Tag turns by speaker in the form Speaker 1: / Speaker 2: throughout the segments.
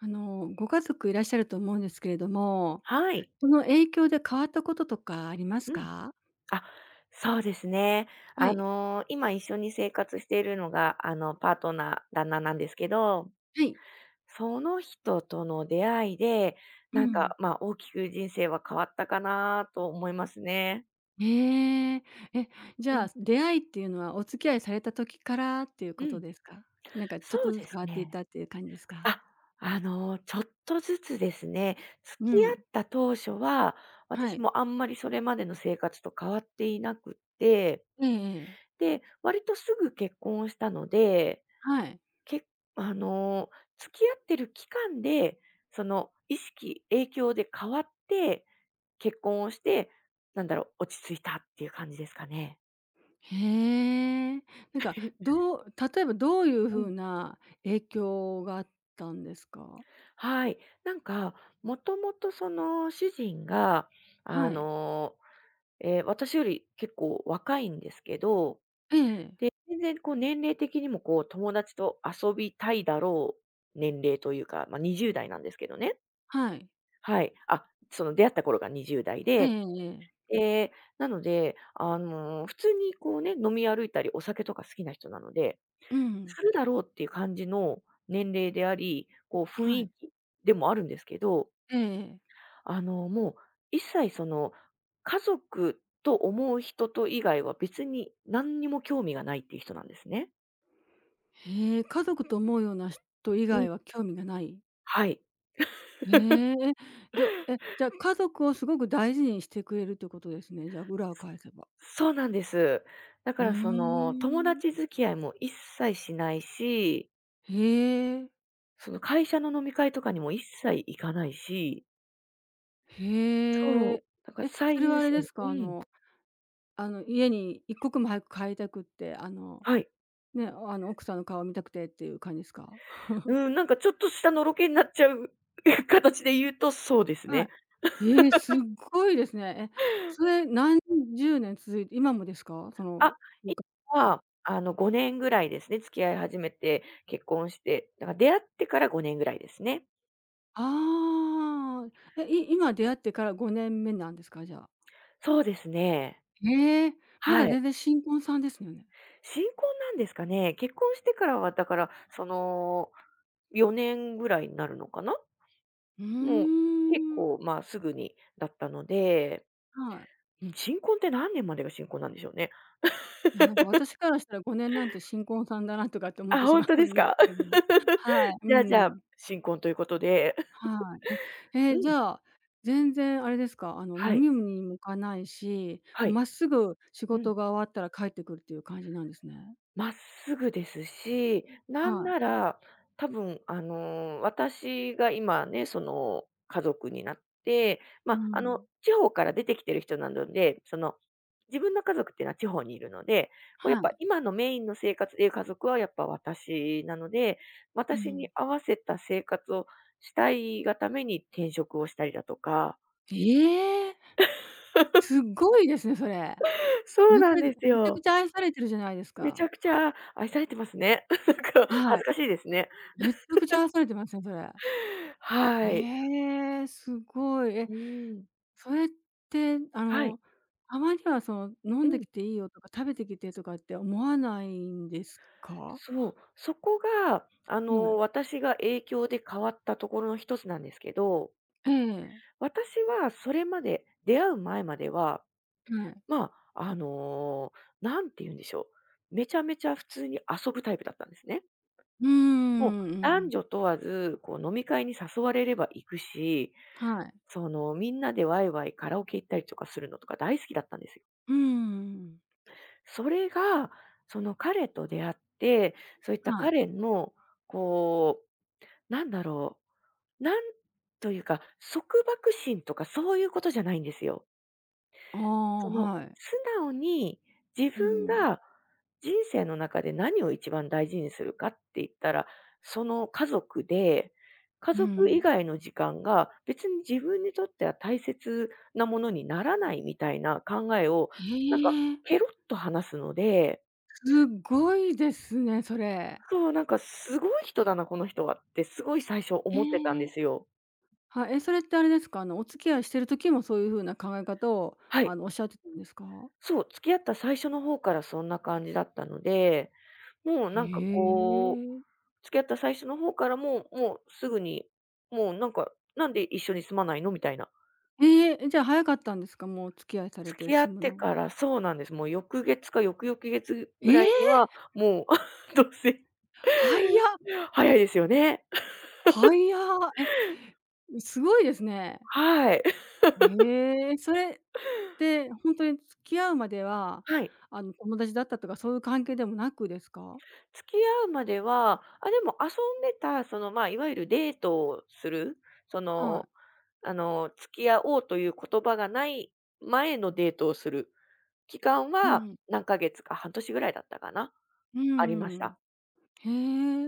Speaker 1: ご家族いらっしゃると思うんですけれども、
Speaker 2: はい。
Speaker 1: その影響で変わったこととかあります
Speaker 2: うん。
Speaker 1: か？
Speaker 2: あ、そうですね。
Speaker 1: はい。
Speaker 2: 今一緒に生活しているのが、パートナー、旦那なんですけど、
Speaker 1: はい。
Speaker 2: その人との出会いで、
Speaker 1: う
Speaker 2: なん
Speaker 1: ん。
Speaker 2: か、まあ、大きく人生は変わったかなと思いますね。
Speaker 1: へえ。え、じ
Speaker 2: う
Speaker 1: ゃ
Speaker 2: ん。
Speaker 1: あ、出会いっていうのはお付き合いされた時からっていう
Speaker 2: う
Speaker 1: こと
Speaker 2: ん。
Speaker 1: ですか？なんかちょっ
Speaker 2: そ
Speaker 1: と
Speaker 2: う
Speaker 1: ずつ
Speaker 2: です
Speaker 1: 変わっていっ
Speaker 2: ね。
Speaker 1: たっていう感じですか？
Speaker 2: あ、ちょっとずつですね、付
Speaker 1: う
Speaker 2: き合っ
Speaker 1: ん。
Speaker 2: た当初は、
Speaker 1: は
Speaker 2: 私
Speaker 1: い。
Speaker 2: もあんまりそれまでの生活と変わっていなくって、
Speaker 1: ええええ。
Speaker 2: で、割とすぐ結婚したので、
Speaker 1: はい。
Speaker 2: けあの、付き合ってる期間で、その意識、影響で変わって、結婚をして、落ち着いたっていう感じですかね。
Speaker 1: へえ。なんか、例えばどういう
Speaker 2: う
Speaker 1: 風
Speaker 2: ん。
Speaker 1: な影響があったんですか？
Speaker 2: はい。なんか、もともとその主人が、あ
Speaker 1: はい。
Speaker 2: の、私より結構若いんですけど、
Speaker 1: ええ、
Speaker 2: で、全然こう年齢的にもこう友達と遊びたいだろう年齢というか、まあ、20代なんですけどね。
Speaker 1: はい。
Speaker 2: はい。あ、その出会った頃が20代
Speaker 1: え
Speaker 2: で、
Speaker 1: えええ。
Speaker 2: で、なので、普通にこうね、飲み歩いたりお酒とか好きな人なので、
Speaker 1: うん。
Speaker 2: するだろうっていう感じの年齢であり、こう雰
Speaker 1: は
Speaker 2: 囲
Speaker 1: い。
Speaker 2: 気でもあるんですけど、
Speaker 1: ええ、
Speaker 2: もう一切その、家族と思う人と以外は別に何にも興味がないっていう人なんですね。
Speaker 1: へえ、家族と思うような人以
Speaker 2: う
Speaker 1: 外
Speaker 2: ん、
Speaker 1: は興味がない？
Speaker 2: はい。
Speaker 1: へえ、え、じゃ、家族をすごく大事にしてくれるってことですね、じゃあ、裏を返せば。
Speaker 2: そうなんです。だ
Speaker 1: う
Speaker 2: からそ
Speaker 1: ー
Speaker 2: の、友
Speaker 1: ん。
Speaker 2: 達付き合いも一切しないし、
Speaker 1: へえ、
Speaker 2: その会社の飲み会とかにも一切行かないし、
Speaker 1: へ
Speaker 2: そ
Speaker 1: え。
Speaker 2: う、なんか
Speaker 1: え、そ
Speaker 2: 最
Speaker 1: れは
Speaker 2: 優
Speaker 1: あれ
Speaker 2: 先。
Speaker 1: ですか、
Speaker 2: うん。
Speaker 1: 家に一刻も早く帰りたくって、
Speaker 2: はい。
Speaker 1: ね、奥さんの顔見たくてっていう感じですか？
Speaker 2: うん、なんかちょっとしたのろけになっちゃう 形で言うとそうです
Speaker 1: は
Speaker 2: ね。
Speaker 1: い。ええ、すっごいですね。え、それ何十年続いて今もですか？そ
Speaker 2: あ、
Speaker 1: の習
Speaker 2: 今
Speaker 1: 慣
Speaker 2: は、5年ぐらいですね、付き合い始めて、結婚して、だから出会ってから5年ぐらいですね。
Speaker 1: ああ、え、今出会ってから5年目なんですか？じゃあ。
Speaker 2: そうですね。
Speaker 1: へえ、まだ
Speaker 2: はい。
Speaker 1: 全然新婚さんですよね。
Speaker 2: 新婚なんですかね。結婚してからはだから、その、4年ぐらいになるのかな。
Speaker 1: う
Speaker 2: もう結
Speaker 1: ーん。
Speaker 2: 構、まあ、すぐにだったので、
Speaker 1: はい。
Speaker 2: うん、新婚って何年までが新婚なんでしょうね。
Speaker 1: いや、なんか私からしたら5年なんて新婚さんだなとかって思っ
Speaker 2: あ、
Speaker 1: てし
Speaker 2: ほん
Speaker 1: ま
Speaker 2: と
Speaker 1: う
Speaker 2: で
Speaker 1: ん
Speaker 2: す
Speaker 1: です
Speaker 2: か？
Speaker 1: けども。はい、
Speaker 2: じゃ
Speaker 1: う
Speaker 2: あじゃあ、
Speaker 1: ん。
Speaker 2: 新婚ということで。
Speaker 1: はい。え、
Speaker 2: う
Speaker 1: え、じ
Speaker 2: ん。
Speaker 1: ゃあ、全然あれですか、
Speaker 2: は
Speaker 1: 飲
Speaker 2: い。
Speaker 1: みにも行かないし、
Speaker 2: は
Speaker 1: もう
Speaker 2: い。
Speaker 1: まっすぐ仕
Speaker 2: うん。
Speaker 1: 事が終わったら帰ってくるっていう感じなんですね。
Speaker 2: まっすぐですし、なん
Speaker 1: はい。
Speaker 2: なら、多分私が今ね、その、家族になって、ま
Speaker 1: う
Speaker 2: あ、
Speaker 1: ん。
Speaker 2: 地方から出てきてる人なので、その、自分の家族っていうのは地方にいるので、こうや
Speaker 1: は
Speaker 2: っぱ
Speaker 1: い。
Speaker 2: 今のメインの生活でいう家族はやっぱ私なので、
Speaker 1: う
Speaker 2: 私に
Speaker 1: ん。
Speaker 2: 合わせた生活をしたいがために転職をしたりだとか。
Speaker 1: ええ、すっごいですね、それ。
Speaker 2: そう
Speaker 1: めち
Speaker 2: なん
Speaker 1: ゃ
Speaker 2: です
Speaker 1: めちゃく
Speaker 2: よ。
Speaker 1: ちゃ愛されてるじゃないです
Speaker 2: めち
Speaker 1: か。
Speaker 2: ゃくちゃ愛されてますね。なんか
Speaker 1: は
Speaker 2: 恥
Speaker 1: い。
Speaker 2: ずかしいですね。
Speaker 1: めちゃくちゃ愛されてますね、それ。
Speaker 2: はい。
Speaker 1: ええ、すごい。え、
Speaker 2: うん。
Speaker 1: それって、
Speaker 2: はい。
Speaker 1: たまにはその、飲
Speaker 2: う
Speaker 1: んで
Speaker 2: ん。
Speaker 1: きていいよとか、食べてきてとかって思わないんですか？
Speaker 2: そう。そこが、
Speaker 1: はい。
Speaker 2: 私が影響で変わったところの一つなんですけど、
Speaker 1: ええ、
Speaker 2: 私はそれまで、出会う前までは、
Speaker 1: はい。
Speaker 2: まあ、あの、んて言うんでしょう、めちゃめちゃ普通に遊ぶタイプだったんですね。
Speaker 1: うーん、
Speaker 2: もう
Speaker 1: うんう
Speaker 2: 男
Speaker 1: ん。
Speaker 2: 女問わず、こう飲み会に誘われれば行くし、
Speaker 1: はい。
Speaker 2: その、みんなでワイワイカラオケ行ったりとかするのとか大好きだったんですよ。
Speaker 1: うんんん。
Speaker 2: それが、その彼と出会って、そういった
Speaker 1: はい。
Speaker 2: 彼の、こう、なんだろう、なんというか、束縛心とかそういうことじゃないんですよ。
Speaker 1: ああ、
Speaker 2: その、
Speaker 1: はい。
Speaker 2: 素直に自
Speaker 1: う
Speaker 2: 分
Speaker 1: ん。
Speaker 2: が人生の中で何を一番大事にするかって言ったら、その家族で、家
Speaker 1: う
Speaker 2: 族以
Speaker 1: ん。
Speaker 2: 外の時間が別に自分にとっては大切なものにならないみたいな考えを、
Speaker 1: へ
Speaker 2: なんか
Speaker 1: え、
Speaker 2: ケロッと話すので、
Speaker 1: すごいですね、それ。
Speaker 2: そう、なんかすごい人だな、この人はってすごい最初
Speaker 1: え
Speaker 2: 思ってたんで
Speaker 1: え。
Speaker 2: すよ。
Speaker 1: はい、え、それってあれですか、お付き合いしてる時もそういう風な考え方を、
Speaker 2: はい。
Speaker 1: おっしゃってたんですか？
Speaker 2: そう、付き合った最初の方からそんな感じだったので、もう
Speaker 1: へ
Speaker 2: なんかこう、
Speaker 1: え。
Speaker 2: 付き合った最初の方からもうすぐに、もうなんか、なんで一緒に住まないのみたいな。
Speaker 1: ええ、え、じゃあ早かったんですか？もうお付き合いされ
Speaker 2: 付
Speaker 1: て
Speaker 2: き合
Speaker 1: 住
Speaker 2: っ
Speaker 1: む
Speaker 2: て
Speaker 1: のが。
Speaker 2: からそうなんです。もう翌月か翌々月
Speaker 1: え
Speaker 2: ぐらいに
Speaker 1: え！
Speaker 2: は、もう 同棲。
Speaker 1: 早っ、
Speaker 2: 早いですよね。
Speaker 1: 早っ。え、すごいですね。
Speaker 2: はい。
Speaker 1: へえ。それってほんとに付き合うまでは、
Speaker 2: はい。
Speaker 1: 友達だったとかそういう関係でもなくですか？
Speaker 2: 付き合うまでは、あ、でも遊んでた、その、まあ、いわゆるデートをする、そ
Speaker 1: は
Speaker 2: の、
Speaker 1: い。
Speaker 2: 付き合おうという言葉がない前のデートをする期間
Speaker 1: う
Speaker 2: は、
Speaker 1: ん、
Speaker 2: 何ヶ月か、半年ぐらいだったかな、
Speaker 1: う
Speaker 2: ありま
Speaker 1: んう
Speaker 2: し
Speaker 1: ん、
Speaker 2: た。
Speaker 1: へ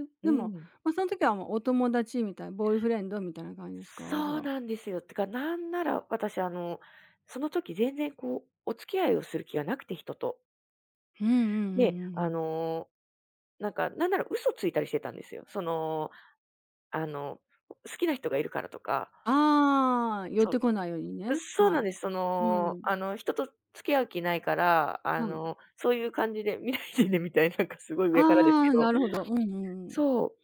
Speaker 1: え、
Speaker 2: う
Speaker 1: でも、
Speaker 2: ん。
Speaker 1: まあ、その時はもうお友達みたい、ボーイフレンドみたいな感じですか？じ
Speaker 2: そ
Speaker 1: ゃ
Speaker 2: う
Speaker 1: あ。
Speaker 2: なんですよ。てか、なんなら私、その時全然こう、お付き合いをする気がなくて、人と。
Speaker 1: うんうんうんうんう
Speaker 2: で、
Speaker 1: ん。
Speaker 2: なんか、なんなら嘘ついたりしてたんですよ。その、あの、好きな人がいるからとか、
Speaker 1: ああ、寄っ
Speaker 2: そ
Speaker 1: てこないように
Speaker 2: う、
Speaker 1: ね、
Speaker 2: そう
Speaker 1: は
Speaker 2: なん
Speaker 1: い。
Speaker 2: です。そ
Speaker 1: う
Speaker 2: の、
Speaker 1: ん、
Speaker 2: 人と付き合う気ないから、
Speaker 1: はい。
Speaker 2: そういう感じで見ないでねみたいな、なんかすごい上からです
Speaker 1: あ
Speaker 2: け
Speaker 1: あ、
Speaker 2: ど、
Speaker 1: なるほど。うんうんうん。
Speaker 2: そ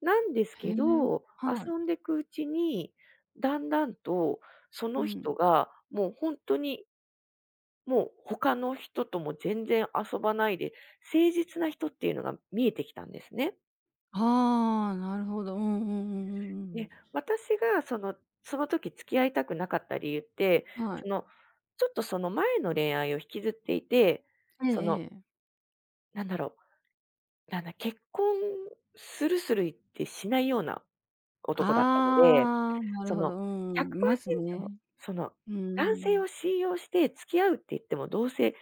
Speaker 2: う。なんです
Speaker 1: へ
Speaker 2: け
Speaker 1: え、
Speaker 2: ど、
Speaker 1: はい。
Speaker 2: 遊んでいくうちに、だんだんと、そ
Speaker 1: う
Speaker 2: の人
Speaker 1: ん。
Speaker 2: がもう本当にもう他の人とも全然遊ばないで、誠実な人っていうのが見えてきたんですね。
Speaker 1: ああ、なるほど。うんうんうんう
Speaker 2: で、
Speaker 1: んうん、
Speaker 2: 私がその、その時付き合いたくなかった理由って、
Speaker 1: はい。
Speaker 2: その、ちょっとその前の恋愛を引きずっていて、
Speaker 1: ええ
Speaker 2: その、
Speaker 1: ええ。
Speaker 2: なんだろう、なんだ、結婚するする言ってしないような男だったので、
Speaker 1: ああ、なる
Speaker 2: そ
Speaker 1: ほど。
Speaker 2: の、
Speaker 1: うんうん、いますね。
Speaker 2: 100%その、
Speaker 1: うんうんう
Speaker 2: 男性
Speaker 1: ん。
Speaker 2: を信用して付き合うって言っても、どうせ、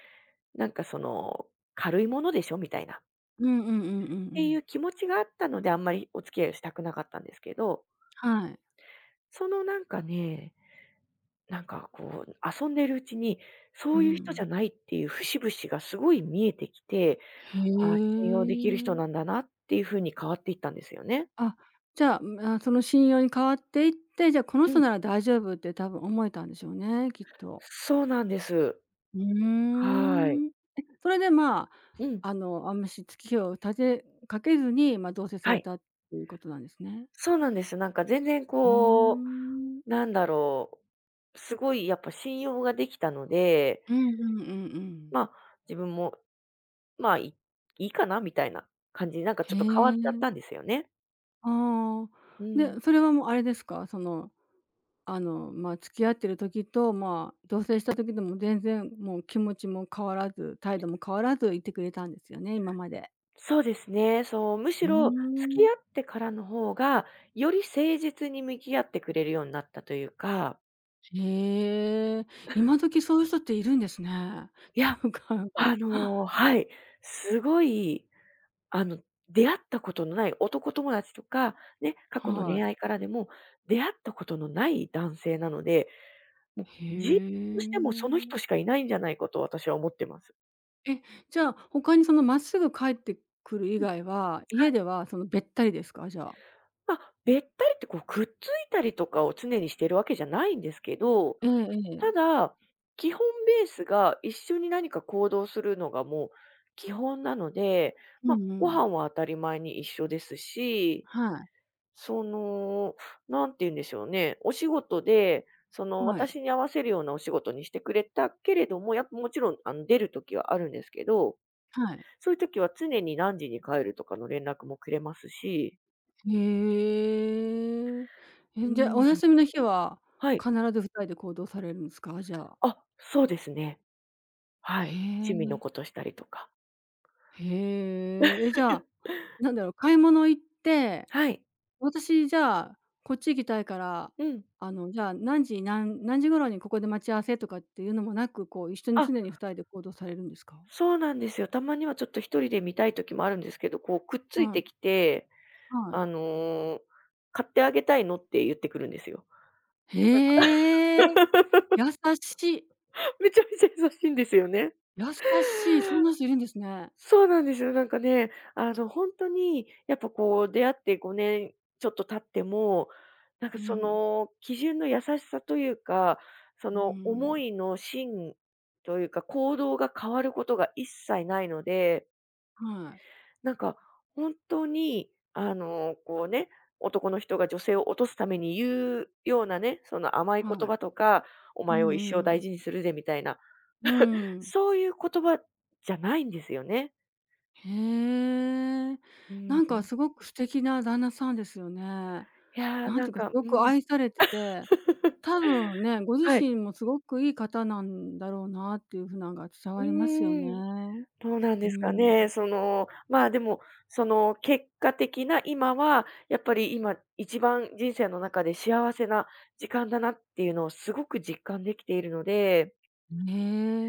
Speaker 2: なんかその、軽いものでしょみたいな。
Speaker 1: うんうんうんうんう
Speaker 2: てい
Speaker 1: ん。
Speaker 2: う気持ちがあったので、あんまりお付き合いをしたくなかったんですけど、
Speaker 1: はい。
Speaker 2: そのなんかね、なんかこう、遊んでるうちに、
Speaker 1: う
Speaker 2: そういう人じゃ
Speaker 1: ん。
Speaker 2: ないっていう節々がすごい見えてきて、ああ、
Speaker 1: へ
Speaker 2: 信用できる人なん
Speaker 1: え。
Speaker 2: だなっていう風に変わっていったんですよね。
Speaker 1: あ、じゃあ、あ、その信用に変わっていって、じゃあ、この
Speaker 2: う
Speaker 1: 人
Speaker 2: ん。
Speaker 1: なら大丈夫って多分思えたんでしょうね、きっと。
Speaker 2: そうなんです。
Speaker 1: うー
Speaker 2: はい。
Speaker 1: ん。え、それで、まあ、
Speaker 2: うん。
Speaker 1: あんまし月日を立てかけずに、ま、同棲さ
Speaker 2: は
Speaker 1: れ
Speaker 2: い。
Speaker 1: たっていうことなんですね。
Speaker 2: そうなんです。なんか全然
Speaker 1: う
Speaker 2: こ
Speaker 1: ー
Speaker 2: う、
Speaker 1: ん。
Speaker 2: すごいやっぱ信用ができたので、
Speaker 1: うんうんうんうん。
Speaker 2: まあ、自分も、まあ、いかなみたいな感じになんかち
Speaker 1: へ
Speaker 2: ょっと変わっ
Speaker 1: え、
Speaker 2: ちゃったんですよね。
Speaker 1: ああ。
Speaker 2: うん。
Speaker 1: で、それはもうあれですか、まあ、付き合ってる時と、まあ、同棲した時でも全然もう気持ちも変わらず、態度も変わらずいてくれたんですよね、今まで。
Speaker 2: そうですね。そう、む
Speaker 1: う
Speaker 2: し
Speaker 1: ー
Speaker 2: ろ付
Speaker 1: ん。
Speaker 2: き合ってからの方が、より誠実に向き合ってくれるようになったというか、
Speaker 1: へえ、今時そういう人っているんですね。っ
Speaker 2: い
Speaker 1: て
Speaker 2: や、
Speaker 1: いうか、なんか、
Speaker 2: はい、すごい、あの、出会ったことのない男友達とか、ね、過去の
Speaker 1: は
Speaker 2: 恋
Speaker 1: い。
Speaker 2: 愛からでも出会ったことのない男性なので、もう、
Speaker 1: へ
Speaker 2: としてもその人し
Speaker 1: え。
Speaker 2: かいないんじゃないかと私は思ってます。
Speaker 1: え、じゃあ、他にまっすぐ帰ってくる以外は、家ではべったりですか？じゃあ。
Speaker 2: まあ、べったりってこうくっついたりとかを常にしてるわけじゃないんですけど、
Speaker 1: えええ
Speaker 2: た
Speaker 1: え。
Speaker 2: だ、基本ベースが一緒に何か行動するのがもう基本なので、ま
Speaker 1: う
Speaker 2: あ、
Speaker 1: んう
Speaker 2: ご
Speaker 1: ん。
Speaker 2: 飯は当たり前に一緒ですし、
Speaker 1: はい、
Speaker 2: その、なんて言うんでしょうね、お仕事で、その、
Speaker 1: はい、
Speaker 2: 私に合わせるようなお仕事にしてくれたけれども、やっぱもちろん、出る時はあるんですけど、
Speaker 1: はい。
Speaker 2: そういう時は常に何時に帰るとかの連絡もくれますし。
Speaker 1: へえ。
Speaker 2: う
Speaker 1: え、じゃ、
Speaker 2: ん。
Speaker 1: お休みの日は
Speaker 2: はい。
Speaker 1: 必ず二人で行動されるんですか？じゃあ。
Speaker 2: あ、そうですね。は
Speaker 1: へ
Speaker 2: い。趣味の
Speaker 1: え、
Speaker 2: ことしたりとか。
Speaker 1: へえ。え、じゃあ、なんだろう、買い物行って、
Speaker 2: はい。
Speaker 1: 私じゃあ、こっち行きたいから、
Speaker 2: うん。
Speaker 1: じゃあ、何時頃にここで待ち合わせとかっていうのもなく、こう、一緒に
Speaker 2: あ、
Speaker 1: 常に二人で行動されるんですか？
Speaker 2: そうなんですよ。たまにはちょっと一人で見たい時もあるんですけど、こうくっつい
Speaker 1: は
Speaker 2: て
Speaker 1: い、
Speaker 2: きて、
Speaker 1: は
Speaker 2: あ
Speaker 1: い。
Speaker 2: の、「買ってあげたいの？」って言ってくるんですよ。
Speaker 1: へえ。優しい。
Speaker 2: めちゃめちゃ優しいんですよね。
Speaker 1: 優しい。そんな人いるんですね。
Speaker 2: そうなんですよ。なんかね、本当にやっぱこう出会って5年ちょっと経っても、なんか
Speaker 1: う
Speaker 2: そ
Speaker 1: ん。
Speaker 2: の基準の優しさというか、そ
Speaker 1: う
Speaker 2: の
Speaker 1: ん。
Speaker 2: 思いの芯というか行動が変わることが一切ないので、
Speaker 1: はい、
Speaker 2: なんか本当にこうね、男の人が女性を落とすために言うようなね、その甘い
Speaker 1: は
Speaker 2: 言
Speaker 1: い。
Speaker 2: 葉とか、お
Speaker 1: う
Speaker 2: 前
Speaker 1: ん
Speaker 2: を一
Speaker 1: う
Speaker 2: 生大
Speaker 1: ん。
Speaker 2: 事にするぜみたいな、
Speaker 1: うん。
Speaker 2: そういう言葉じゃないんですよね。
Speaker 1: へえ。
Speaker 2: うん。
Speaker 1: なんかすごく素敵な旦那さんですよね。
Speaker 2: いやー、
Speaker 1: なん
Speaker 2: な
Speaker 1: てい
Speaker 2: ん
Speaker 1: うかす
Speaker 2: か、
Speaker 1: ご
Speaker 2: う
Speaker 1: く
Speaker 2: ん。
Speaker 1: 愛されてて、多分ね、ご自
Speaker 2: はい。
Speaker 1: 身もすごくいい方なんだろうなっていう風なんが伝
Speaker 2: う
Speaker 1: わりますよね。
Speaker 2: ーん。どうなん
Speaker 1: う
Speaker 2: ですか
Speaker 1: ん。
Speaker 2: ね。その、まあ、でも、その、結果的な今は、やっぱり今一番人生の中で幸せな時間だなっていうのをすごく実感できているので、
Speaker 1: へ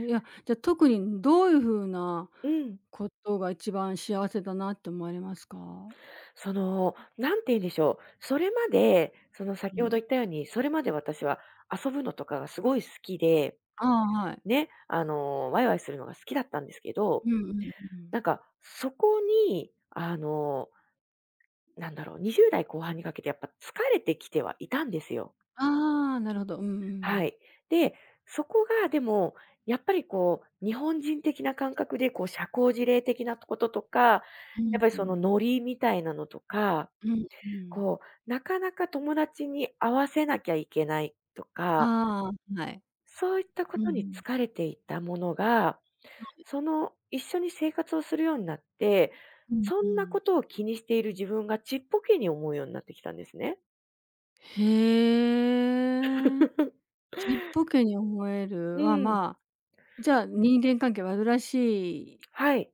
Speaker 1: え。いや、じゃ、特にどういう風な
Speaker 2: うん。
Speaker 1: ことが一番幸せだなって思われますか？
Speaker 2: その、なんて言うんでしょう、それまで、その、
Speaker 1: う
Speaker 2: 先ほど
Speaker 1: ん。
Speaker 2: 言ったように、それまで私は遊ぶのとかがすごい好きで、
Speaker 1: ああ、はい。
Speaker 2: ね、ワイワイするのが好きだったんですけど、
Speaker 1: うんうんうん。
Speaker 2: なんかそこに、20代後半にかけてやっぱ疲れてきてはいたんですよ。
Speaker 1: ああ、なるほど。うんう
Speaker 2: は
Speaker 1: ん。
Speaker 2: い。で、そこがでも、やっぱりこう、日本人的な感覚で、こう、社交辞令的なこととか、
Speaker 1: う
Speaker 2: や
Speaker 1: ん
Speaker 2: っぱり
Speaker 1: う
Speaker 2: その
Speaker 1: ん。
Speaker 2: ノリみたいなのとか、
Speaker 1: うんうん。
Speaker 2: こう、なかなか友達に合わせなきゃいけないとか、
Speaker 1: ああ、はい。
Speaker 2: そういったこ
Speaker 1: うん、う
Speaker 2: とに
Speaker 1: ん。
Speaker 2: 疲れていたものが、その一緒に生活をするようになって、
Speaker 1: う
Speaker 2: そんな
Speaker 1: ん。
Speaker 2: ことを気にしている自分がちっぽけに思うようになってきたんですね。
Speaker 1: へえ。ちっぽけに思える
Speaker 2: う
Speaker 1: は、
Speaker 2: ん、
Speaker 1: まあ、じゃあ、人間関係煩わしい
Speaker 2: はい。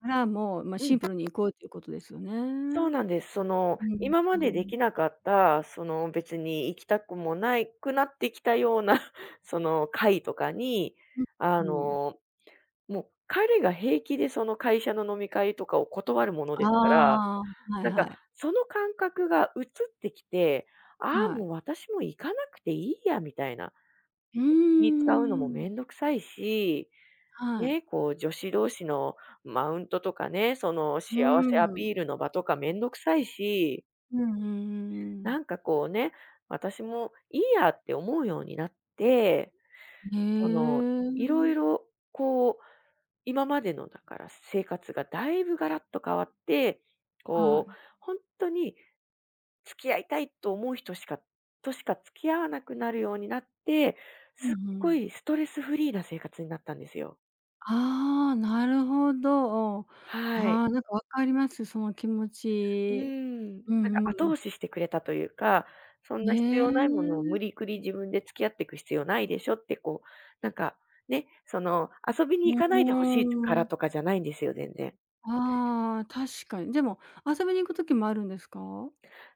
Speaker 1: から、もう、ま、
Speaker 2: う
Speaker 1: シン
Speaker 2: ん、
Speaker 1: プルにいこうということですよ
Speaker 2: そう
Speaker 1: ね。
Speaker 2: なんです。その、
Speaker 1: うん
Speaker 2: 今ま
Speaker 1: う
Speaker 2: で
Speaker 1: ん、う
Speaker 2: で
Speaker 1: ん。
Speaker 2: きなかった、その、別に行きたくもないくなってきたような、その、会とかに、あ
Speaker 1: うん。うん。
Speaker 2: の、もう彼が平気でその会社の飲み会とかを断るもの
Speaker 1: あ
Speaker 2: ですから、
Speaker 1: あ、はい
Speaker 2: なん
Speaker 1: は
Speaker 2: か、
Speaker 1: い。
Speaker 2: その感覚が移ってきて、ああ、
Speaker 1: は
Speaker 2: も
Speaker 1: い。
Speaker 2: う私も行かなくていいやみたいな。
Speaker 1: う
Speaker 2: 気使うのも
Speaker 1: ーん。
Speaker 2: めんどくさいし
Speaker 1: はい。
Speaker 2: ね、こう女子同士のマウントとかね、その
Speaker 1: う
Speaker 2: 幸せア
Speaker 1: ーん。
Speaker 2: ピールの場とかめんどくさいし、
Speaker 1: うんうんうんうん、
Speaker 2: なんかこうね、私もいいやって思うようになって、
Speaker 1: へ
Speaker 2: その、いろい
Speaker 1: え。
Speaker 2: ろこう、今までのだから生活がだいぶガラッと変わって、
Speaker 1: は
Speaker 2: こう、
Speaker 1: い。
Speaker 2: 本当に付き合いたいと思う人しかとしか付き合わなくなるようになって、
Speaker 1: うん
Speaker 2: す
Speaker 1: う
Speaker 2: っご
Speaker 1: ん。
Speaker 2: いストレスフリーな生活になったんですよ。
Speaker 1: ああ、なるほど。あ
Speaker 2: はい。
Speaker 1: あ、なんかわかります、その気持
Speaker 2: うー
Speaker 1: ち。
Speaker 2: ん。なん
Speaker 1: う
Speaker 2: か
Speaker 1: んうんう
Speaker 2: 後
Speaker 1: ん。
Speaker 2: 押ししてくれたというか、そん
Speaker 1: ね
Speaker 2: な必要ないものを
Speaker 1: え。
Speaker 2: 無理くり自分で付き合っていく必要ないでしょってこう、なんか、ね、その遊び
Speaker 1: う
Speaker 2: に行かないでほしいか
Speaker 1: ー
Speaker 2: ら
Speaker 1: ん。
Speaker 2: とかじゃないんですよ、全然。
Speaker 1: ああ、確かに。でも、遊びに行く時もあるんですか？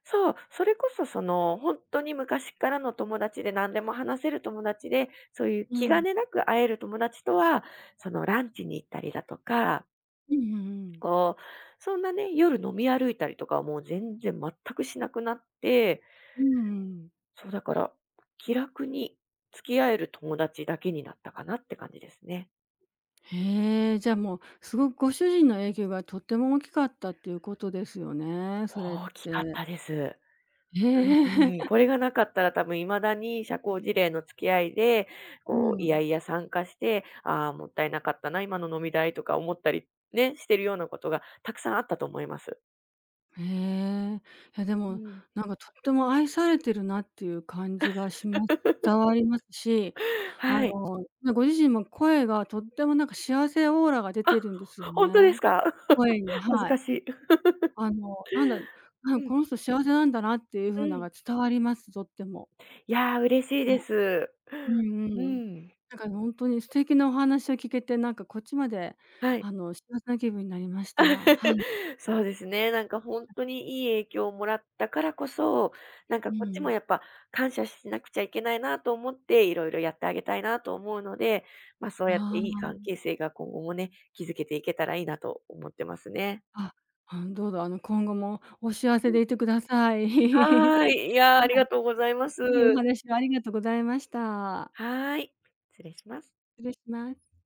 Speaker 2: そう、それこそそのほんとに昔からの友達で何でも話せる友達で、そういう
Speaker 1: う
Speaker 2: 気
Speaker 1: ん。
Speaker 2: 兼ねなく会える友達とは、そのランチに行ったりだとか、
Speaker 1: うんうんうん。
Speaker 2: こう、そんなね、夜飲み歩いたりとかはもう全然全くしなくなって、
Speaker 1: うんうん。
Speaker 2: そう、だから、気楽に付き合える友達だけになったかなって感じですね。
Speaker 1: へえ、じゃあ、もう、すごくご主人の影響がとっても大きかったっていうことですよね、それっ
Speaker 2: 大きかっ
Speaker 1: て。
Speaker 2: たです。
Speaker 1: へ
Speaker 2: うん
Speaker 1: え。
Speaker 2: これがなかったら多分未だに社交辞令の付き合いで、
Speaker 1: う
Speaker 2: こう、いや
Speaker 1: ん。
Speaker 2: いや参加して、ああ、もったいなかったな、今の飲み代とか思ったりね、してるようなことがたくさんあったと思います。
Speaker 1: へえ。いやで
Speaker 2: う
Speaker 1: も、
Speaker 2: ん。
Speaker 1: なんかとっても愛されてるなっていう感じがします、伝わりますし、
Speaker 2: はい。
Speaker 1: ね、ご自身も声がとってもなんか幸せオーラが出てるんですよ
Speaker 2: 本当で
Speaker 1: ね。
Speaker 2: すか？
Speaker 1: 声に、
Speaker 2: 恥ず
Speaker 1: はい。
Speaker 2: かしい。
Speaker 1: なんだ、なん、
Speaker 2: うん。
Speaker 1: この人幸せなんだなっていう風
Speaker 2: う
Speaker 1: なの
Speaker 2: ん。
Speaker 1: が伝わります、とっても。
Speaker 2: いやー、嬉しい
Speaker 1: ね。
Speaker 2: です。
Speaker 1: うん
Speaker 2: う
Speaker 1: うん。
Speaker 2: ん。
Speaker 1: なんかほんとに素敵なお話を聞けて、なんかこっちまで、
Speaker 2: はい。
Speaker 1: 幸せな気分になりました。は い。
Speaker 2: そうですね。なんか本当にいい影響をもらったからこそ、なんか
Speaker 1: う
Speaker 2: こっち
Speaker 1: ん。
Speaker 2: もやっぱ感謝しなくちゃいけないなと思って、いろいろやってあげたいなと思うので、ま、そうやって
Speaker 1: あ
Speaker 2: いい関
Speaker 1: あ。
Speaker 2: 係性が今後もね、築けていけたらいいなと思ってますね。
Speaker 1: あ、どうぞ、今後もお幸せでいてください。
Speaker 2: はー
Speaker 1: は
Speaker 2: い。いやー、ありがとうございます。
Speaker 1: い、いいお話をありがとうございました。
Speaker 2: はーい。失礼します。
Speaker 1: 失礼します。